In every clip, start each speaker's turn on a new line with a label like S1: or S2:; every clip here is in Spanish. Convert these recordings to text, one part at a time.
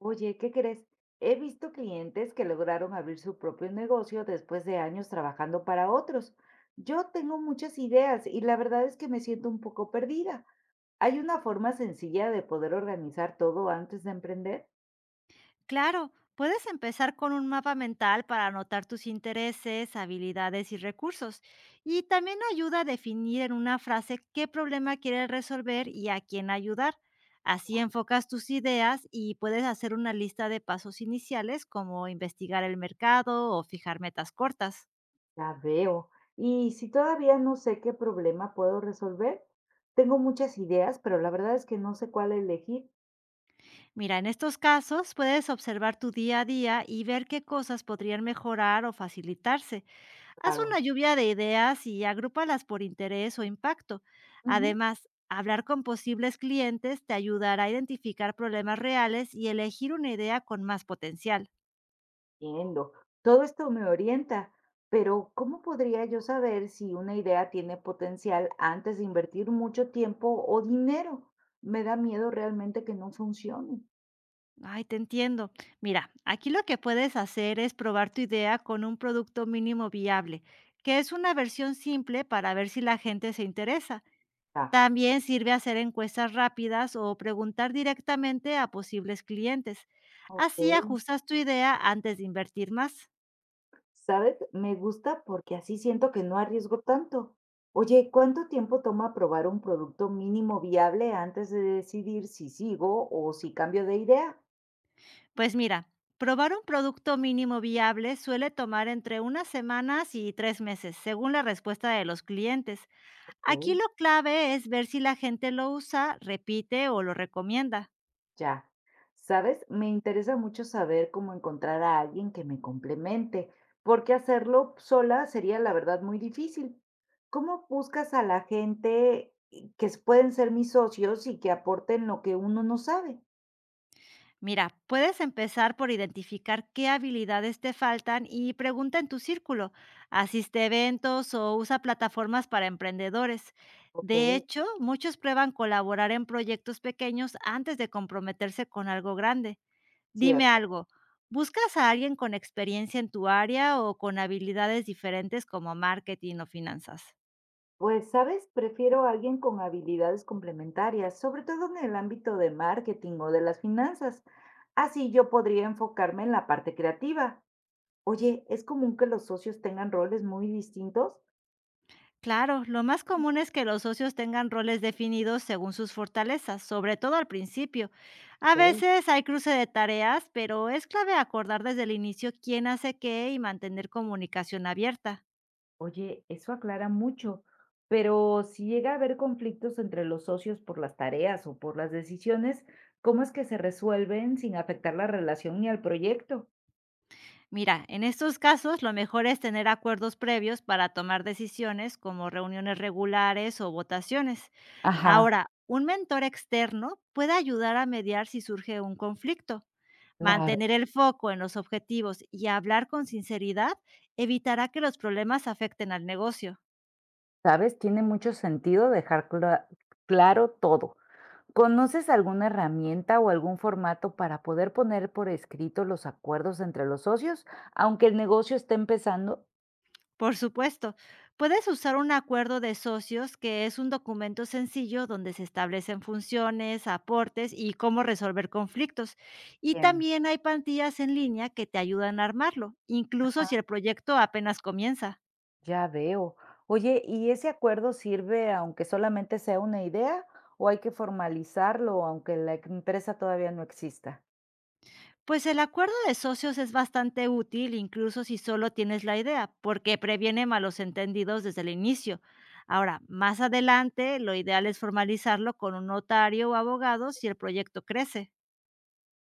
S1: Oye, ¿qué crees? He visto clientes que lograron abrir su propio negocio después de años trabajando para otros. Yo tengo muchas ideas y la verdad es que me siento un poco perdida. ¿Hay una forma sencilla de poder organizar todo antes de emprender?
S2: Claro, puedes empezar con un mapa mental para anotar tus intereses, habilidades y recursos. Y también ayuda a definir en una frase qué problema quieres resolver y a quién ayudar. Así enfocas tus ideas y puedes hacer una lista de pasos iniciales como investigar el mercado o fijar metas cortas.
S1: Ya veo. Y si todavía no sé qué problema puedo resolver, tengo muchas ideas, pero la verdad es que no sé cuál elegir.
S2: Mira, en estos casos puedes observar tu día a día y ver qué cosas podrían mejorar o facilitarse. Haz
S1: Claro.
S2: una lluvia de ideas y agrúpalas por interés o impacto.
S1: Ujú.
S2: Además, hablar con posibles clientes te ayudará a identificar problemas reales y elegir una idea con más potencial.
S1: Entiendo. Todo esto me orienta, pero ¿cómo podría yo saber si una idea tiene potencial antes de invertir mucho tiempo o dinero? Me da miedo realmente que no funcione.
S2: Ay, te entiendo. Mira, aquí lo que puedes hacer es probar tu idea con un producto mínimo viable, que es una versión simple para ver si la gente se interesa.
S1: Ah.
S2: También sirve hacer encuestas rápidas o preguntar directamente a posibles clientes.
S1: Ok.
S2: Así ajustas tu idea antes de invertir más.
S1: ¿Sabes? Me gusta porque así siento que no arriesgo tanto. Oye, ¿cuánto tiempo toma probar un producto mínimo viable antes de decidir si sigo o si cambio de idea?
S2: Pues mira, probar un producto mínimo viable suele tomar entre unas semanas y 3 meses, según la respuesta de los clientes. Aquí
S1: Ok.
S2: lo clave es ver si la gente lo usa, repite o lo recomienda.
S1: Ya. ¿Sabes? Me interesa mucho saber cómo encontrar a alguien que me complemente, porque hacerlo sola sería, la verdad, muy difícil. ¿Cómo buscas a la gente pueden ser mis socios y que aporten lo que uno no sabe?
S2: Mira, puedes empezar por identificar qué habilidades te faltan y pregunta en tu círculo. Asiste a eventos o usa plataformas para emprendedores. De
S1: Ok,
S2: hecho, muchos prueban colaborar en proyectos pequeños antes de comprometerse con algo grande. Dime
S1: cierto.
S2: algo, ¿buscas a alguien con experiencia en tu área o con habilidades diferentes como marketing o finanzas?
S1: Pues, ¿sabes? Prefiero a alguien con habilidades complementarias, sobre todo en el ámbito de marketing o de las finanzas. Así yo podría enfocarme en la parte creativa. Oye, ¿es común que los socios tengan roles muy distintos?
S2: Claro, lo más común es que los socios tengan roles definidos según sus fortalezas, sobre todo al principio. A
S1: Okey.
S2: veces hay cruce de tareas, pero es clave acordar desde el inicio quién hace qué y mantener comunicación abierta.
S1: Oye, eso aclara mucho, pero si llega a haber conflictos entre los socios por las tareas o por las decisiones, ¿cómo es que se resuelven sin afectar la relación ni al proyecto?
S2: Mira, en estos casos lo mejor es tener acuerdos previos para tomar decisiones como reuniones regulares o votaciones.
S1: Ajá,
S2: Ahora, un mentor externo puede ayudar a mediar si surge un conflicto.
S1: claro.
S2: Mantener el foco en los objetivos y hablar con sinceridad evitará que los problemas afecten al negocio.
S1: ¿Sabes? Tiene mucho sentido claro todo. ¿Conoces alguna herramienta o algún formato para poder poner por escrito los acuerdos entre los socios, aunque el negocio esté empezando?
S2: Por supuesto, puedes usar un acuerdo de socios, que es un documento sencillo donde se establecen funciones, aportes y cómo resolver conflictos. Y
S1: Bien.
S2: también hay plantillas en línea que te ayudan a armarlo, incluso si el proyecto apenas comienza.
S1: Ya veo. Oye, ¿y ese acuerdo sirve aunque solamente sea una idea o hay que formalizarlo aunque empresa todavía no exista?
S2: Pues el acuerdo de socios es bastante útil, incluso si solo tienes la idea, porque previene malos entendidos desde el inicio. Ahora, más adelante, lo ideal es formalizarlo con un notario o abogado si el proyecto crece.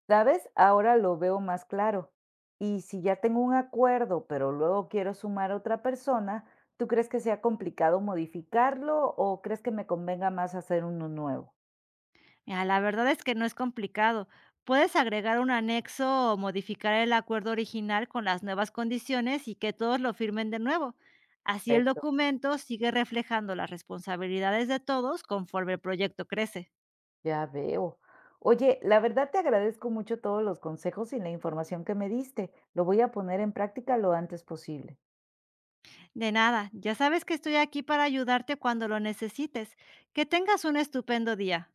S1: ¿Sabes? Ahora lo veo más claro. Y si ya tengo un acuerdo, pero luego quiero sumar a otra persona, ¿tú crees que sea complicado modificarlo o crees que me convenga más hacer uno nuevo?
S2: Mira, la verdad es que no es complicado. Puedes agregar un anexo o modificar el acuerdo original con las nuevas condiciones y que todos lo firmen de nuevo. Así el
S1: Perfecto,
S2: documento sigue reflejando las responsabilidades de todos conforme el proyecto crece.
S1: ya veo. Oye, la verdad te agradezco mucho todos los consejos y la información que me diste. Lo voy a poner en práctica lo antes posible.
S2: De nada, ya sabes que estoy aquí para ayudarte cuando lo necesites. Que tengas un estupendo día.